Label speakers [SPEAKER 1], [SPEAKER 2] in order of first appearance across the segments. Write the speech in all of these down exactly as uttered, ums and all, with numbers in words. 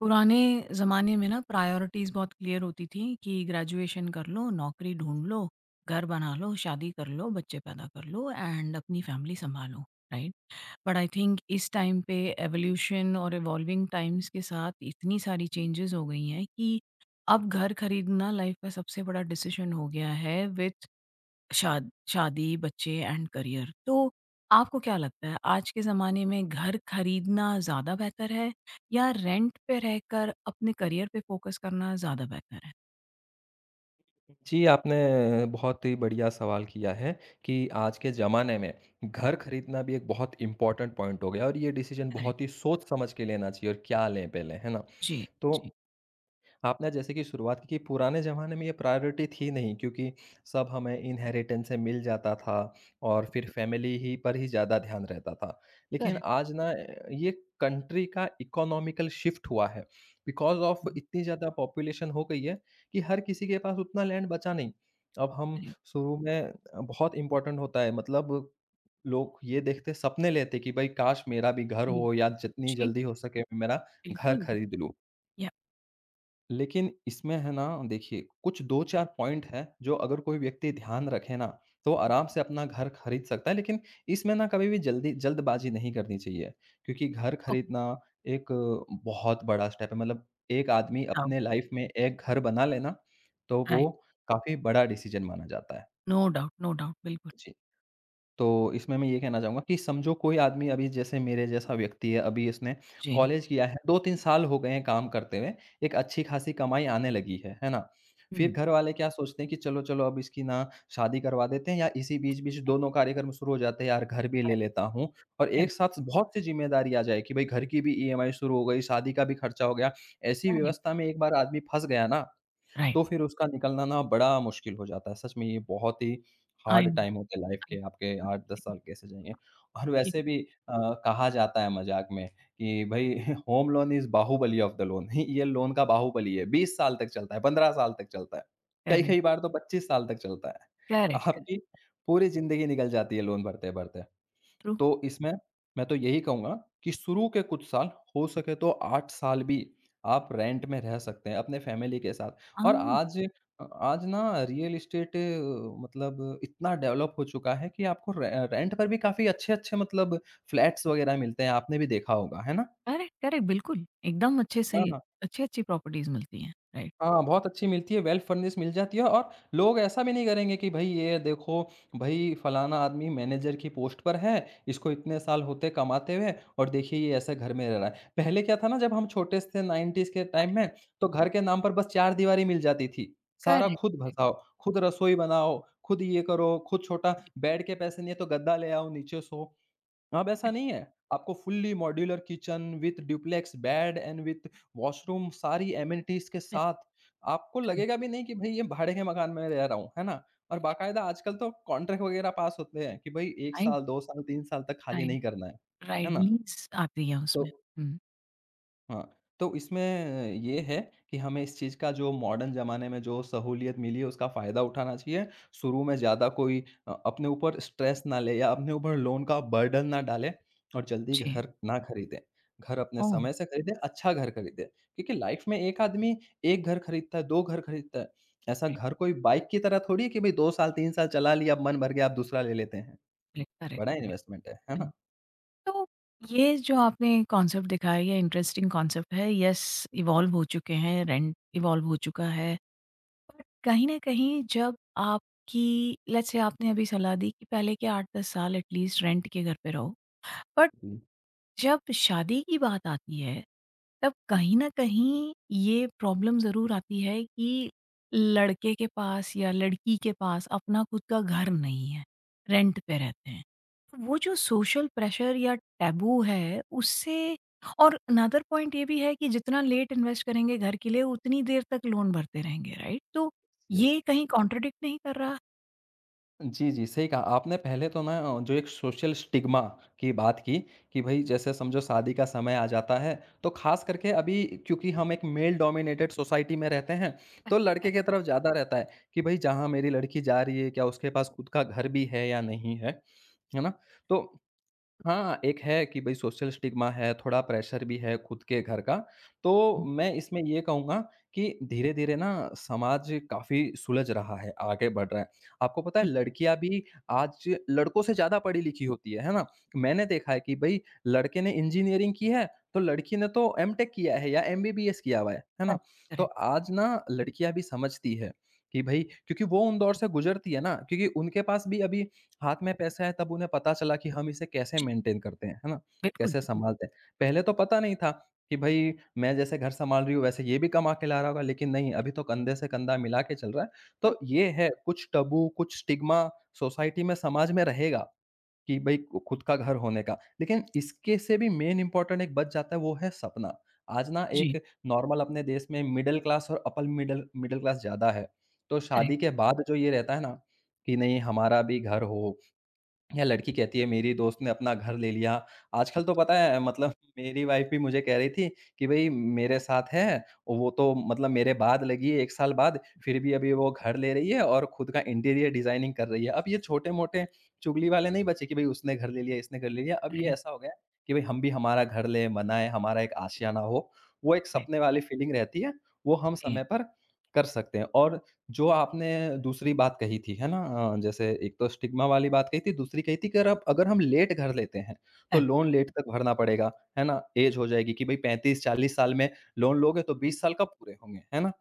[SPEAKER 1] पुराने ज़माने में ना प्रायोरिटीज़ बहुत क्लियर होती थी कि ग्रेजुएशन कर लो, नौकरी ढूँढ लो, घर बना लो, शादी कर लो, बच्चे पैदा कर लो एंड अपनी फैमिली सँभालो, राइट? बट आई थिंक इस टाइम पे एवोल्यूशन और इवॉल्विंग टाइम्स के साथ इतनी सारी चेंजेज़ हो गई हैं कि अब घर खरीदना लाइफ़ का सबसे बड़ा डिसीज़न हो गया है विथ शाद शादी, बच्चे एंड करियर। तो आपको क्या लगता है आज के ज़माने में घर खरीदना ज़्यादा बेहतर है या रेंट पे रहकर अपने करियर पे फ़ोकस करना ज़्यादा बेहतर है?
[SPEAKER 2] जी, आपने बहुत ही बढ़िया सवाल किया है कि आज के ज़माने में घर खरीदना भी एक बहुत इम्पोर्टेंट पॉइंट हो गया है और ये डिसीजन बहुत
[SPEAKER 1] करेक्ट।
[SPEAKER 2] ही सोच समझ के लेना चाहिए और क्या लें पहले, है ना?
[SPEAKER 1] जी,
[SPEAKER 2] तो
[SPEAKER 1] जी।
[SPEAKER 2] आपने जैसे कि शुरुआत की कि पुराने ज़माने में ये प्रायोरिटी थी नहीं क्योंकि सब हमें इनहेरिटेंस से मिल जाता था और फिर फैमिली ही पर ही ज़्यादा ध्यान रहता था। लेकिन
[SPEAKER 1] करेक्ट।
[SPEAKER 2] आज ना अ, ये कंट्री का इकोनॉमिकल शिफ्ट हुआ है। बिकॉज़ ऑफ
[SPEAKER 1] हुँ,
[SPEAKER 2] इतनी ज़्यादा पॉपुलेशन हो गई है कि हर किसी के पास उतना लैंड बचा नहीं। अब हम
[SPEAKER 1] करेक्ट।
[SPEAKER 2] शुरू में अ, बहुत इम्पोर्टेंट होता है मतलब लोग ये देखते सपने लेते कि भाई काश मेरा भी घर
[SPEAKER 1] जी,
[SPEAKER 2] हो या जितनी
[SPEAKER 1] जी,
[SPEAKER 2] जल्दी हो सके मैं मेरा घर
[SPEAKER 1] बिल्कुल।
[SPEAKER 2] खरीद लूँ।
[SPEAKER 1] या
[SPEAKER 2] लेकिन इसमें है ना देखिए कुछ दो चार पॉइंट हैं जो अगर कोई व्यक्ति ध्यान रखे ना, तो आराम से अपना घर खरीद सकता है लेकिन इसमें ना कभी भी जल्दी जल्दबाज़ी नहीं करनी चाहिए। क्योंकि घर
[SPEAKER 1] ओह,
[SPEAKER 2] खरीदना एक बहुत बड़ा स्टेप है मतलब एक आदमी
[SPEAKER 1] डाउट
[SPEAKER 2] अपने लाइफ़ में एक घर बना लेना, तो वो
[SPEAKER 1] राइट।
[SPEAKER 2] काफ़ी बड़ा डिसीज़न माना जाता
[SPEAKER 1] नो डाउट, नो डाउट बिल्कुल।
[SPEAKER 2] है। तो इसमें मैं ये कहना चाहूँगा कि समझो कोई आदमी अभी जैसे मेरे जैसा व्यक्ति है, अभी इसने
[SPEAKER 1] जी।
[SPEAKER 2] कॉलेज किया है, दो तीन साल हो गए हैं काम करते हुए, एक अच्छी-खासी कमाई आने लगी है, है ना? फिर
[SPEAKER 1] हुँ।
[SPEAKER 2] घर वाले क्या सोचते हैं कि चलो, चलो अब इसकी ना शादी करवा देते हैं या इसी बीच-बीच दोनों कार्यक्रम शुरू हो जाते हैं, यार घर भी ले
[SPEAKER 1] करेक्ट,
[SPEAKER 2] लेता हूँ और एक
[SPEAKER 1] करेक्ट,
[SPEAKER 2] साथ बहुत सी ज़िम्मेदारी आ जाए कि भाई घर की भी ईएमआई शुरू हो गई, शादी का भी खर्चा हो गया। ऐसी
[SPEAKER 1] करेक्ट,
[SPEAKER 2] व्यवस्था में एक बार आदमी फँस गया ना
[SPEAKER 1] राइट।
[SPEAKER 2] तो फिर उसका निकलना ना बड़ा मुश्किल हो जाता है। सच में ये बहुत ही
[SPEAKER 1] आई
[SPEAKER 2] हार्ड
[SPEAKER 1] नो,
[SPEAKER 2] टाइम होते हैं लाइफ़
[SPEAKER 1] आई
[SPEAKER 2] के,
[SPEAKER 1] नो।
[SPEAKER 2] आपके आठ दस साल कैसे जाएँगे? और वैसे
[SPEAKER 1] करेक्ट,
[SPEAKER 2] भी अ, कहा जाता है मज़ाक में कि भई home loan is Baahubali of the loan ये लोन का बाहुबली है, बीस साल तक चलता है, पंद्रह साल तक चलता है, कई-कई बार तो पच्चीस साल तक चलता है।
[SPEAKER 1] करेक्ट, करेक्ट,
[SPEAKER 2] आपकी पूरी ज़िंदगी निकल जाती है लोन भरते-भरते।
[SPEAKER 1] ट्रू।
[SPEAKER 2] तो इसमें मैं तो यही कहूँगा कि शुरू के कुछ साल हो सके तो आठ साल भी आप रेंट में रह सकते हैं अपने फैमिली के साथ। और
[SPEAKER 1] हाँ।
[SPEAKER 2] आज अ, आज ना रियल एस्टेट मतलब इतना डेवलप हो चुका है कि आपको रे रेंट पर भी काफ़ी अच्छे-अच्छे मतलब फ्लैट्स वग़ैरह मिलते हैं, आपने भी देखा होगा, है ना?
[SPEAKER 1] करेक्ट, करेक्ट, बिल्कुल, एकदम अच्छे
[SPEAKER 2] हाँ,
[SPEAKER 1] सही
[SPEAKER 2] हाँ।
[SPEAKER 1] अच्छी-अच्छी प्रॉपर्टीज़ मिलती हैं, राइट।
[SPEAKER 2] हाँ, बहुत अच्छी मिलती है, वेल फर्निश्ड मिल जाती है और लोग ऐसा भी नहीं करेंगे कि भई ये देखो, भई फलाना आदमी मैनेजर की पोस्ट पर है, इसको इतने साल होते कमाते हुए और देखिए ये ऐसे घर में रह रहा है। पहले क्या था ना जब हम छोटे थे नाइंटीज़ के टाइम में, तो घर के नाम पर बस चारदीवारी मिल जाती थी। सारा
[SPEAKER 1] करेक्ट,
[SPEAKER 2] खुद भसाओ, खुद रसोई बनाओ, खुद ये करो, खुद छोटा बेड के पैसे नहीं है तो गद्दा ले आओ, नीचे सो। अब ऐसा नहीं है। आपको fully modular kitchen with duplex bed and with washroom सारी एमेनिटीज़ के
[SPEAKER 1] करेक्ट,
[SPEAKER 2] साथ, आपको
[SPEAKER 1] करेक्ट,
[SPEAKER 2] लगेगा भी नहीं कि भई ये भाड़े के मकान में रह रहा हूँ, है ना? और बाकायदा आजकल तो कॉन्ट्रैक्ट वगैरह पास होते हैं कि भई एक
[SPEAKER 1] राइट,
[SPEAKER 2] साल, दो साल, तीन साल तक खाली
[SPEAKER 1] राइट,
[SPEAKER 2] नहीं करना है, है
[SPEAKER 1] राइट,
[SPEAKER 2] ना?
[SPEAKER 1] लीज़ आती है
[SPEAKER 2] तो
[SPEAKER 1] उसमें। हुँ,
[SPEAKER 2] हाँ, तो इसमें ये है कि हमें इस चीज़ का जो मॉडर्न ज़माने में जो सहूलियत मिली है उसका फ़ायदा उठाना चाहिए। शुरू में ज़्यादा कोई अ, अपने ऊपर स्ट्रेस ना ले या अपने ऊपर लोन का बर्डन ना डाले और जल्दी
[SPEAKER 1] जी,
[SPEAKER 2] घर ना खरीदें। घर अपने
[SPEAKER 1] ओह!
[SPEAKER 2] समय से खरीदें, अच्छा घर खरीदें। क्योंकि लाइफ़ में एक आदमी एक घर खरीदता है, दो घर खरीदता है। ऐसा
[SPEAKER 1] राइट,
[SPEAKER 2] घर कोई बाइक की तरह थोड़ी है कि भई दो साल, तीन साल चला लिया, अब मन भर गया, अब दूसरा ले लेते हैं।
[SPEAKER 1] राइट, करेक्ट,
[SPEAKER 2] बड़ा
[SPEAKER 1] करेक्ट,
[SPEAKER 2] इन्वेस्टमेंट है, है
[SPEAKER 1] हुँ।
[SPEAKER 2] ना?
[SPEAKER 1] तो ये जो आपने कॉन्सेप्ट दिखाया ये इंटरेस्टिंग कॉन्सेप्ट है, येस इवॉल्व हो चुके हैं, रेंट इवॉल्व हो चुका है। बट कहीं न कहीं जब आपकी लेट्स से आपने अभी सलाह दी कि पहले के आठ दस साल एटलीस्ट रेंट के घर पे रहो।
[SPEAKER 2] जी,
[SPEAKER 1] जब शादी की बात आती है, तब कहीं न कहीं ये प्रॉब्लम ज़रूर आती है कि लड़के के पास या लड़की के पास अपना खुद का घर नहीं है, रेंट पे रहते हैं। तो वो जो सोशल प्रेशर या टैबू है, उससे और अनदर पॉइंट ये भी है कि जितना लेट इन्वेस्ट करेंगे घर के लिए, उतनी देर तक लोन भरते रहेंगे, राइट? तो
[SPEAKER 2] यस,
[SPEAKER 1] ये
[SPEAKER 2] यस।
[SPEAKER 1] कहीं कॉन्ट्रडिक्ट नहीं कर रहा?
[SPEAKER 2] जी, जी, सही कहा। आपने पहले तो ना अ, जो एक सोशल स्टिग्मा की बात की कि भई जैसे समझो शादी का समय आ जाता है, तो ख़ास करके अभी क्योंकि हम एक मेल डोमिनेटेड सोसाइटी में रहते हैं, तो
[SPEAKER 1] करेक्ट,
[SPEAKER 2] लड़के
[SPEAKER 1] करेक्ट।
[SPEAKER 2] की तरफ ज़्यादा रहता है कि भई जहाँ मेरी लड़की जा रही है, क्या उसके पास खुद का घर भी है या नहीं है, है ना? तो हाँ, एक है कि भई सोशल स्टिग्मा है, थोड़ा प्रेशर भी है खुद के घर का। तो मैं इसमें ये कहूँगा कि धीरे-धीरे ना समाज काफ़ी सुलझ रहा है, आगे बढ़ रहा है। आपको पता है
[SPEAKER 1] हुँ,
[SPEAKER 2] लड़कियाँ भी आज लड़कों से ज़्यादा पढ़ी-लिखी होती है, है ना? मैंने देखा है कि भई लड़के ने इंजीनियरिंग की है, तो लड़की ने तो एमटेक किया है या एमबीबीएस किया हुआ है, है ना?
[SPEAKER 1] करेक्ट,
[SPEAKER 2] तो
[SPEAKER 1] करेक्ट।
[SPEAKER 2] आज ना लड़कियाँ भी समझती है कि भई क्योंकि वो उन दौर से गुज़रती है ना, क्योंकि उनके पास भी अभी हाथ में पैसा है तब उन्हें पता चला कि हम इसे कैसे
[SPEAKER 1] जी,
[SPEAKER 2] मेंटेन करते हैं, है ना?
[SPEAKER 1] बिल्कुल,
[SPEAKER 2] कैसे
[SPEAKER 1] बिल्कुल।
[SPEAKER 2] संभालते हैं। पहले तो पता नहीं था कि भई मैं जैसे घर सँभाल रही हूँ वैसे ये भी कमा के ला रहा होगा लेकिन नहीं अभी तो कंधे से कंधा मिला के चल रहा है। तो ये है कुछ टबू, कुछ स्टिग्मा सोसाइटी में समाज में रहेगा कि भई क खुद का घर होने का। लेकिन इसके से भी मेन इम्पोर्टेंट एक बच जाता है वो है सपना। आज ना
[SPEAKER 1] जी,
[SPEAKER 2] एक नॉर्मल अपने देश में मिडल क्लास और अपर मिडल मिडल क्लास ज़्यादा है। तो
[SPEAKER 1] करेक्ट,
[SPEAKER 2] शादी के बाद जो ये रहता है ना कि नहीं हमारा भी घर हो, या लड़की कहती है मेरी दोस्त ने अपना घर ले लिया। आजकल तो पता है मतलब मेरी वाइफ़ भी मुझे कह रही थी कि भई मेरे साथ है, और वो तो मतलब मेरे बाद लगी है एक साल बाद, फिर भी अभी वो घर ले रही है और खुद का इंटीरियर डिज़ाइनिंग कर रही है। अब ये छोटे-मोटे चुगली वाले नहीं बचे कि भई उसने घर ले लिया, इसने घर ले लिया। अब ये
[SPEAKER 1] करेक्ट।
[SPEAKER 2] ऐसा हो गया है कि भई हम भी हमारा घर लें, बनाएँ, हमारा एक आशियाना हो। वो एक सपने वाली फीलिंग रहती है, वो हम
[SPEAKER 1] जी,
[SPEAKER 2] समय पर कर सकते हैं और जो आपने दूसरी बात कही थी, है ना? अ, जैसे एक तो स्टिग्मा वाली बात कही थी, दूसरी कही थी कि अगर आप अगर हम लेट घर लेते हैं, तो
[SPEAKER 1] करेक्ट,
[SPEAKER 2] लोन लेट तक भरना पड़ेगा, है ना? ऐज हो जाएगी कि भई पैंतीस चालीस साल में लोन लोगे तो बीस साल कब पूरे होंगे, है ना?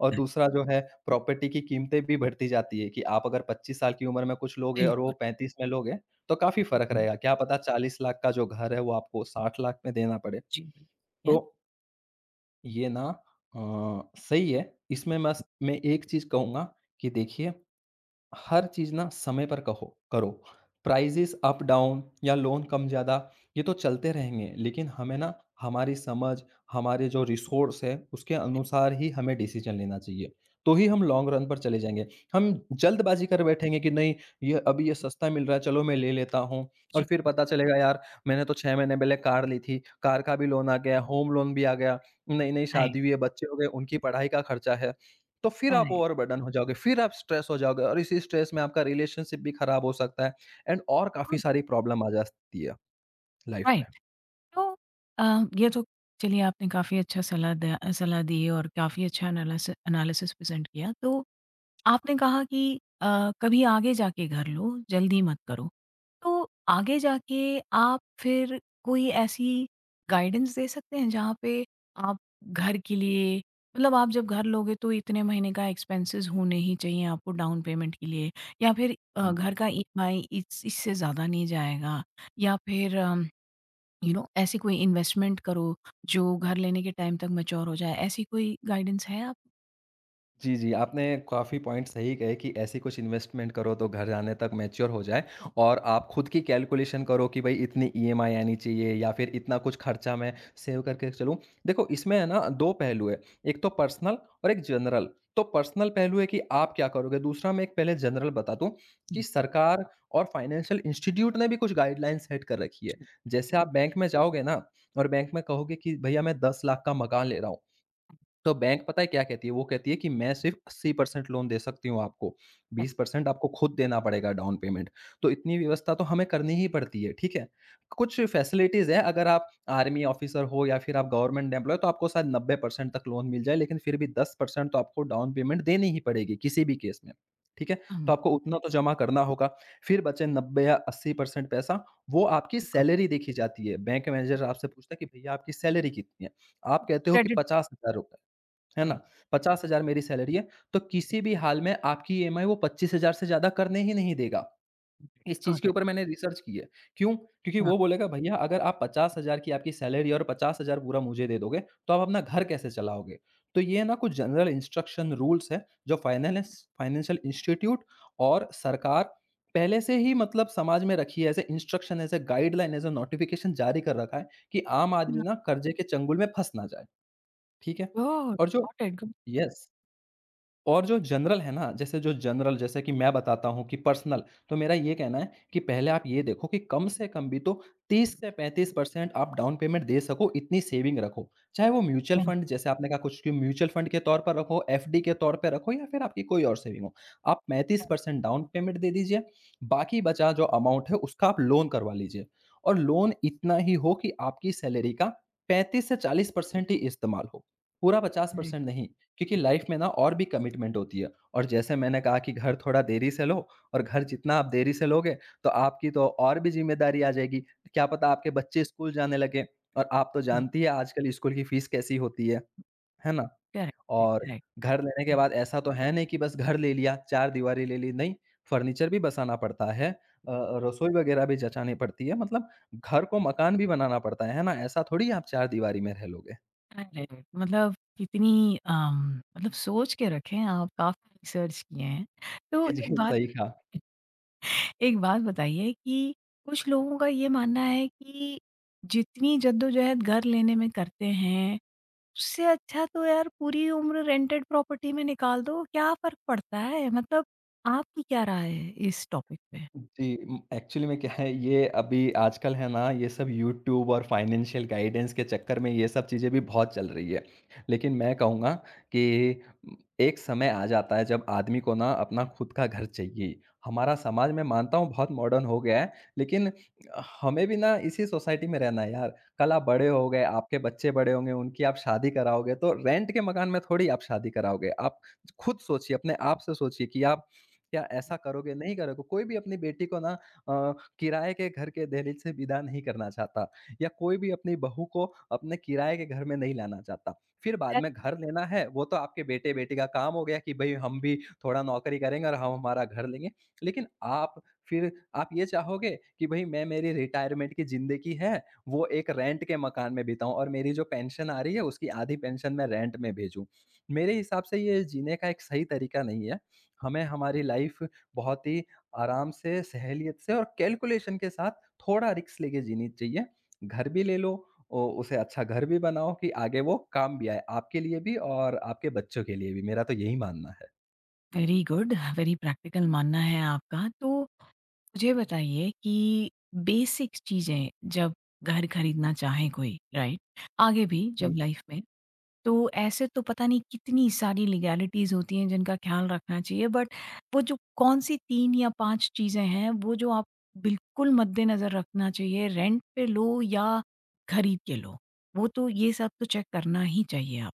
[SPEAKER 2] और दूसरा जो है प्रॉपर्टी की कीमतें भी बढ़ती जाती है कि आप अगर पच्चीस साल की उम्र में कुछ लोगे और वो
[SPEAKER 1] बिल्कुल,
[SPEAKER 2] पैंतीस में लोगे, तो काफ़ी फ़र्क
[SPEAKER 1] बिल्कुल,
[SPEAKER 2] रहेगा। क्या पता 40 लाख का जो घर है वो आपको 60 लाख में देना पड़े।
[SPEAKER 1] जी, बिल्कुल। या
[SPEAKER 2] तो ये ना अ, सही है। इसमें बस मैं एक चीज़ कहूँगा कि देखिए हर चीज़ ना समय पर कहो करो। प्राइसेज़ अप-डाउन या लोन कम-ज़्यादा ये तो चलते रहेंगे, लेकिन हमें ना हमारी समझ, हमारे जो रिसोर्स है, उसके अनुसार ही हमें डिसीज़न लेना चाहिए। तो ही हम लॉन्ग रन पर चले जाएँगे। हम
[SPEAKER 1] जी,
[SPEAKER 2] जल्दबाज़ी कर बैठेंगे कि नहीं ये अभी ये सस्ता मिल रहा है, चलो मैं ले लेता हूँ और
[SPEAKER 1] जी,
[SPEAKER 2] फिर पता चलेगा यार मैंने तो छह महीने पहले कार ली थी, कार का भी लोन आ गया, होम लोन भी आ गया, नई-नई शादी
[SPEAKER 1] राइट,
[SPEAKER 2] हुई है, बच्चे हो गए, उनकी पढ़ाई का खर्चा है। तो फिर आप
[SPEAKER 1] करेक्ट,
[SPEAKER 2] ओवरबर्डन हो जाओगे, फिर आप स्ट्रेस हो जाओगे और इसी स्ट्रेस में आपका रिलेशनशिप भी खराब हो सकता है एंड और काफ़ी
[SPEAKER 1] गुड,
[SPEAKER 2] सारी प्रॉब्लम आ जाती है लाइफ
[SPEAKER 1] राइट। तो अ, ये तो चलिए आपने काफ़ी अच्छा सलाह दिया सलाह दी और काफ़ी अच्छा एनालिसि एनालिसिस प्रेज़ेंट किया। तो आपने कहा कि अ, कभी आगे जाके घर लो, जल्दी मत करो। तो आगे जाके आप फिर कोई ऐसी गाइडेंस दे सकते हैं जहाँ पे आप घर के लिए मतलब आप जब घर लोगे तो इतने महीने का एक्सपेंसेस होने ही चाहिए आपको डाउन पेमेंट के लिए या फिर अ,
[SPEAKER 2] में।
[SPEAKER 1] घर का ईएमआई इस इससे ज़्यादा नहीं जाएगा या फिर अम, यू नो ऐसी कोई इन्वेस्टमेंट करो जो घर लेने के टाइम तक मैच्योर हो जाए, ऐसी कोई गाइडेंस है आप।
[SPEAKER 2] जी, जी, आपने काफ़ी पॉइंट सही कहे कि ऐसी कुछ इन्वेस्टमेंट करो तो घर जाने तक मैच्योर हो जाए और आप खुद की कैलकुलेशन करो कि भाई इतनी ईएमआई आनी चाहिए या फिर इतना कुछ खर्चा मैं सेव करके चलूँ। देखो इसमें है ना दो पहलू है, एक तो पर्सनल और एक जनरल। तो पर्सनल पहलू है कि आप क्या करोगे? दूसरा मैं एक पहले जनरल बता दूँ कि
[SPEAKER 1] जी,
[SPEAKER 2] सरकार और फाइनेंशियल इंस्टीट्यूट ने भी कुछ गाइडलाइन सेट कर रखी है। जैसे
[SPEAKER 1] जी।
[SPEAKER 2] आप बैंक में जाओगे ना और बैंक में कहोगे कि भैया मैं दस लाख का मकान ले रहा हूँ। तो बैंक पता है क्या कहती है? वो कहती है कि मैं सिर्फ़ अस्सी परसेंट लोन दे सकती हूँ आपको, बीस परसेंट आपको खुद देना पड़ेगा डाउन पेमेंट। तो इतनी व्यवस्था तो हमें करनी ही पड़ती है, ठीक है? कुछ फैसिलिटीज़ हैं अगर आप आर्मी ऑफ़िसर हो या फिर आप गवर्नमेंट एम्प्लॉयी तो आपको शायद नब्बे परसेंट तक लोन मिल जाए, लेकिन फिर भी दस परसेंट तो आपको डाउन पेमेंट देनी ही पड़ेगी किसी भी केस में, ठीक है? तो
[SPEAKER 1] हुँ,
[SPEAKER 2] आपको उतना तो जमा करना होगा। फिर बचे नब्बे या अस्सी प्रतिशत पैसा, वो आपकी
[SPEAKER 1] बिल्कुल।
[SPEAKER 2] सैलरी देखी जाती है। बैंक मैनेजर आपसे पूछता है कि भैया आपकी सैलरी कितनी है? आप कहते हो कि
[SPEAKER 1] क्रेडिट
[SPEAKER 2] ₹पचास हज़ार रुपये है ना?
[SPEAKER 1] राइट,
[SPEAKER 2] पचास हज़ार मेरी सैलरी है, तो किसी भी हाल में आपकी ईएमआई वो पच्चीस हज़ार से ज़्यादा करने ही नहीं देगा। इस चीज़
[SPEAKER 1] गॉट
[SPEAKER 2] के
[SPEAKER 1] इट।
[SPEAKER 2] ऊपर मैंने रिसर्च की है। क्यों? क्योंकि
[SPEAKER 1] हाँ।
[SPEAKER 2] वो बोलेगा भैया अगर आप पचास हज़ार की आपकी सैलरी है और पचास हज़ार पूरा मुझे दे दोगे, तो आप अपना घर कैसे चलाओगे? तो ये ना कुछ जनरल इंस्ट्रक्शन रूल्स हैं, जो फाइनेलिस फाइनेंशियल इंस्टीट्यूट और सरकार पहले से ही मतलब समाज में रखी है as a instruction, as a guideline, as a notification जारी कर रखा है कि आम आदमी ना कर्जे के चंगुल में फँस ना जाए। ठीक है?
[SPEAKER 1] ओह!
[SPEAKER 2] और जो
[SPEAKER 1] गॉट इट गुड
[SPEAKER 2] यस। और जो जनरल है ना, जैसे जो जनरल जैसे कि मैं बताता हूँ कि पर्सनल। तो मेरा ये कहना है कि पहले आप ये देखो कि कम से कम भी तो तीस से पैंतीस प्रतिशत आप डाउन पेमेंट दे सको, इतनी सेविंग रखो। चाहे वो म्यूचुअल
[SPEAKER 1] क्या?
[SPEAKER 2] फंड जैसे आपने कहा कुछ कि म्यूचुअल फंड के तौर पर रखो, एफडी के तौर पे रखो या फिर आपकी कोई और सेविंग हो। आप
[SPEAKER 1] करेक्ट,
[SPEAKER 2] पैंतीस प्रतिशत डाउन पेमेंट दे दीजिए, बाकी बचा जो अमाउंट है उसका आप लोन करवा लीजिए और लोन इतना ही हो कि आपकी सैलरी का पैंतीस से चालीस प्रतिशत ही इस्तेमाल हो, पूरा
[SPEAKER 1] करेक्ट,
[SPEAKER 2] पचास प्रतिशत नहीं। क्योंकि लाइफ में ना और भी कमिटमेंट होती है, और जैसे मैंने कहा कि घर थोड़ा देरी से लो, और घर जितना आप देरी से लोगे तो आपकी तो और भी ज़िम्मेदारी आ जाएगी। क्या पता आपके बच्चे स्कूल जाने लगें और आप तो
[SPEAKER 1] हुँ,
[SPEAKER 2] जानती हैं आजकल स्कूल की फ़ीस कैसी होती है, है ना?
[SPEAKER 1] करेक्ट,
[SPEAKER 2] और
[SPEAKER 1] करेक्ट,
[SPEAKER 2] घर लेने के
[SPEAKER 1] करेक्ट,
[SPEAKER 2] बाद ऐसा तो है नहीं कि बस घर ले लिया, चारदीवारी ले ली, नहीं, फर्नीचर भी बसाना पड़ता है। अ, रसोई वगैरह भी जचानी पड़ती है, मतलब घर को मकान भी बनाना पड़ता है, है ना? ऐसा थोड़ी आप चारदीवारी में रह लोगे।
[SPEAKER 1] करेक्ट मतलब कितनी अम, मतलब सोच के रखे हैं आप, काफ़ी रिसर्च किए हैं। तो
[SPEAKER 2] जी,
[SPEAKER 1] एक
[SPEAKER 2] जी,
[SPEAKER 1] बात
[SPEAKER 2] सही कहा।
[SPEAKER 1] एक बात बताइए कि कुछ लोगों का ये मानना है कि जितनी जद्दोजहद घर लेने में करते हैं, उससे अच्छा तो यार पूरी उम्र रेंटेड प्रॉपर्टी में निकाल दो, क्या फ़र्क पड़ता है? मतलब आपकी क्या राय है इस टॉपिक पे?
[SPEAKER 2] जी, एक्चुअली में क्या है, ये अभी आजकल है ना ये सब यूट्यूब और फाइनेंशियल गाइडेंस के चक्कर में ये सब चीज़ें भी बहुत चल रही है। लेकिन मैं कहूँगा कि एक समय आ जाता है जब आदमी को ना अपना खुद का घर चाहिए। हमारा समाज मैं मानता हूँ बहुत मॉडर्न हो गया है, लेकिन हमें भी ना इसी सोसाइटी में रहना है यार। कल आप बड़े हो गए, आपके बच्चे बड़े होंगे, उनकी आप शादी कराओगे तो रेंट के मकान में थोड़ी आप शादी कराओगे। आप खुद सोचिए, अपने आप से सोचिए कि आप क्या ऐसा करोगे? नहीं करोगे? कोई भी अपनी बेटी को ना अ, किराए के घर के दहलीज से विदा नहीं करना चाहता, या कोई भी अपनी बहू को अपने किराए के घर में नहीं लाना चाहता। फिर बाद में घर लेना है, वो तो आपके बेटे-बेटी का काम हो गया कि भई हम भी थोड़ा नौकरी करेंगे और हम हमारा घर लेंगे। लेकिन आप फिर आप ये चाहोगे कि भई मैं, मेरी रिटायरमेंट की ज़िंदगी है, वो एक रेंट के मकान में बिताऊँ और मेरी जो पेंशन आ रही है उसकी आधी पेंशन मैं रेंट में भेजूँ। मेरे हिसाब से ये जीने का एक सही तरीका नहीं है। हमें हमारी लाइफ बहुत ही आराम से, सहेलियत से और कैलकुलेशन के साथ थोड़ा रिस्क लेके जीनी चाहिए। घर भी ले लो, ओ उसे अच्छा घर भी बनाओ कि आगे वो काम भी आए, आपके लिए भी और आपके बच्चों के लिए भी। मेरा तो यही मानना
[SPEAKER 1] वेरी गुड, वेरी प्रैक्टिकल मानना है आपका। तो मुझे बताइए कि बेसिक्स चीज़ें जब घर खरीदना चाहे कोई, राइट? आगे भी जब
[SPEAKER 2] है।
[SPEAKER 1] लाइफ़ में, तो ऐसे तो पता नहीं कितनी सारी लीगैलिटीज़ होती हैं जिनका ख़्याल रखना चाहिए बट वो जो कौन सी तीन या पाँच चीज़ें हैं वो जो आप बिल्कुल मद्देनज़र रखना चाहिए रेंट पे लो या खरीद के लो? वो तो ये सब तो चेक करना ही चाहिए आप।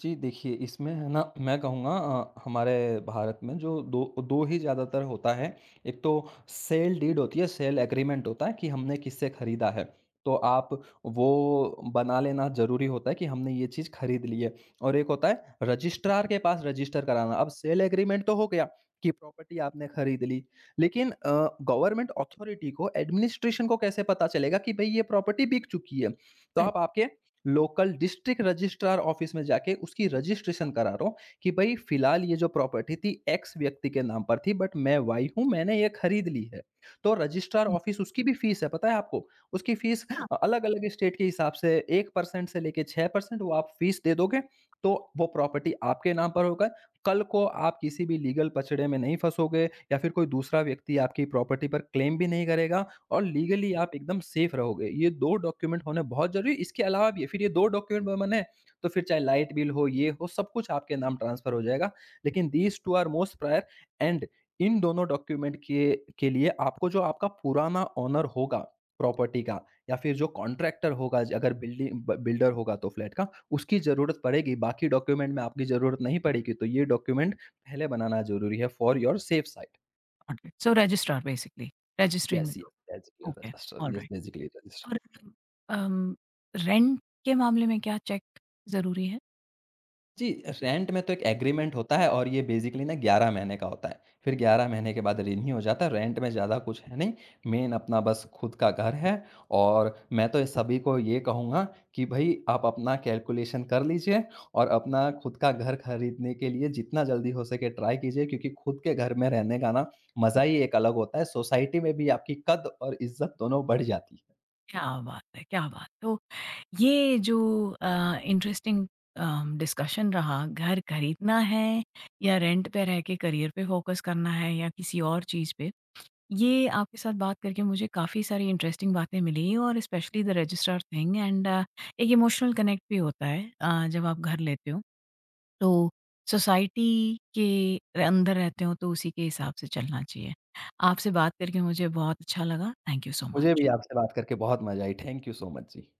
[SPEAKER 2] जी, देखिए इसमें है ना, मैं कहूँगा अ, हमारे भारत में जो दो दो ही ज़्यादातर होता है। एक तो सेल डीड होती है, सेल एग्रीमेंट होता है कि हमने किससे खरीदा है। तो आप वो बना लेना ज़रूरी होता है कि हमने ये चीज़ खरीद ली है। और एक होता है रजिस्ट्रार के पास रजिस्टर कराना। अब सेल एग्रीमेंट तो हो गया कि प्रॉपर्टी आपने खरीद ली। लेकिन अ, गवर्नमेंट अथॉरिटी को, एडमिनिस्ट्रेशन को कैसे पता चलेगा कि भई ये प्रॉपर्टी बिक चुकी है? तो
[SPEAKER 1] करेक्ट।
[SPEAKER 2] आप आपके लोकल डिस्ट्रिक्ट रजिस्ट्रार ऑफिस में जाके उसकी रजिस्ट्रेशन करा रहा हूँ कि भाई फिलहाल ये जो प्रॉपर्टी थी एक्स व्यक्ति के नाम पर थी, बट मैं वाई हूँ, मैंने ये खरीद ली है। तो रजिस्ट्रार ऑफिस, उसकी भी फीस है, पता है आपको? उसकी फीस अलग-अलग स्टेट के हिसाब से एक प्रतिशत से लेके छह प्रतिशत वो आप फीस दे दोगे, तो वो प्रॉपर्टी आपके नाम पर होगा। कल को आप किसी भी लीगल पचड़े में नहीं फँसोगे या फिर कोई दूसरा व्यक्ति आपकी प्रॉपर्टी पर क्लेम भी नहीं करेगा, और लीगली आप एकदम सेफ रहोगे। ये दो डॉक्यूमेंट होना बहुत ज़रूरी है। इसके अलावा भी फिर ये दो डॉक्यूमेंट बने तो फिर चाहे लाइट बिल हो, ये हो, सब कुछ आपके नाम ट्रांसफ़र हो जाएगा। लेकिन दीज़ दो आर मोस्ट प्रायर, एंड इन दोनों डॉक्यूमेंट के के लिए आपको, जो आपका पुराना ओनर होगा प्रॉपर्टी का, या फिर जो कॉन्ट्रैक्टर होगा, ज अगर बिल्डिंग ब बिल्डर होगा तो फ्लैट का, उसकी ज़रूरत पड़ेगी। बाकी डॉक्यूमेंट में आपकी ज़रूरत नहीं पड़ेगी। तो ये डॉक्यूमेंट पहले बनाना ज़रूरी है, for your safe side.
[SPEAKER 1] So registrar basically, registering
[SPEAKER 2] yes, yes, that's your
[SPEAKER 1] okay,
[SPEAKER 2] register, yes,
[SPEAKER 1] alright
[SPEAKER 2] basically register.
[SPEAKER 1] और अम, रेंट के मामले में क्या चेक ज़रूरी है?
[SPEAKER 2] जी, रेंट में तो एक एग्रीमेंट होता है और ये बेसिकली ना ग्यारह महीने का होता है। फिर ग्यारह महीने के बाद रिन्यू हो जाता है, रेंट में ज़्यादा कुछ है नहीं। मेन अपना बस खुद का घर है, और मैं तो सभी को ये कहूँगा कि भई आप अपना कैलकुलेशन कर लीजिए और अपना खुद का घर खरीदने के लिए जितना जल्दी हो सके ट्राई कीजिए, क्योंकि खुद के घर में रहने का ना मज़ा ही एक अलग होता है। सोसाइटी में भी आपकी कद और इज़्ज़त दोनों बढ़ जाती है।
[SPEAKER 1] क्या बात है, क्या बात! तो ये जो अ, इंटरेस्टिंग अम, डिस्कशन रहा, घर खरीदना है या रेंट पे रह के करियर पे फ़ोकस करना है या किसी और चीज़ पे, ये आपके साथ बात करके मुझे काफ़ी सारी इंटरेस्टिंग बातें मिली और specially the registrar thing and एक इमोशनल कनेक्ट भी होता है अ, जब आप घर लेते हो। तो सोसाइटी के अंदर रहते हो तो उसी के हिसाब से चलना चाहिए। आपसे बात करके मुझे बहुत अच्छा लगा। थैंक यू सो
[SPEAKER 2] मुझे भी
[SPEAKER 1] मच।
[SPEAKER 2] आपसे बात करके बहुत मज़ा आई। Thank you so much ji.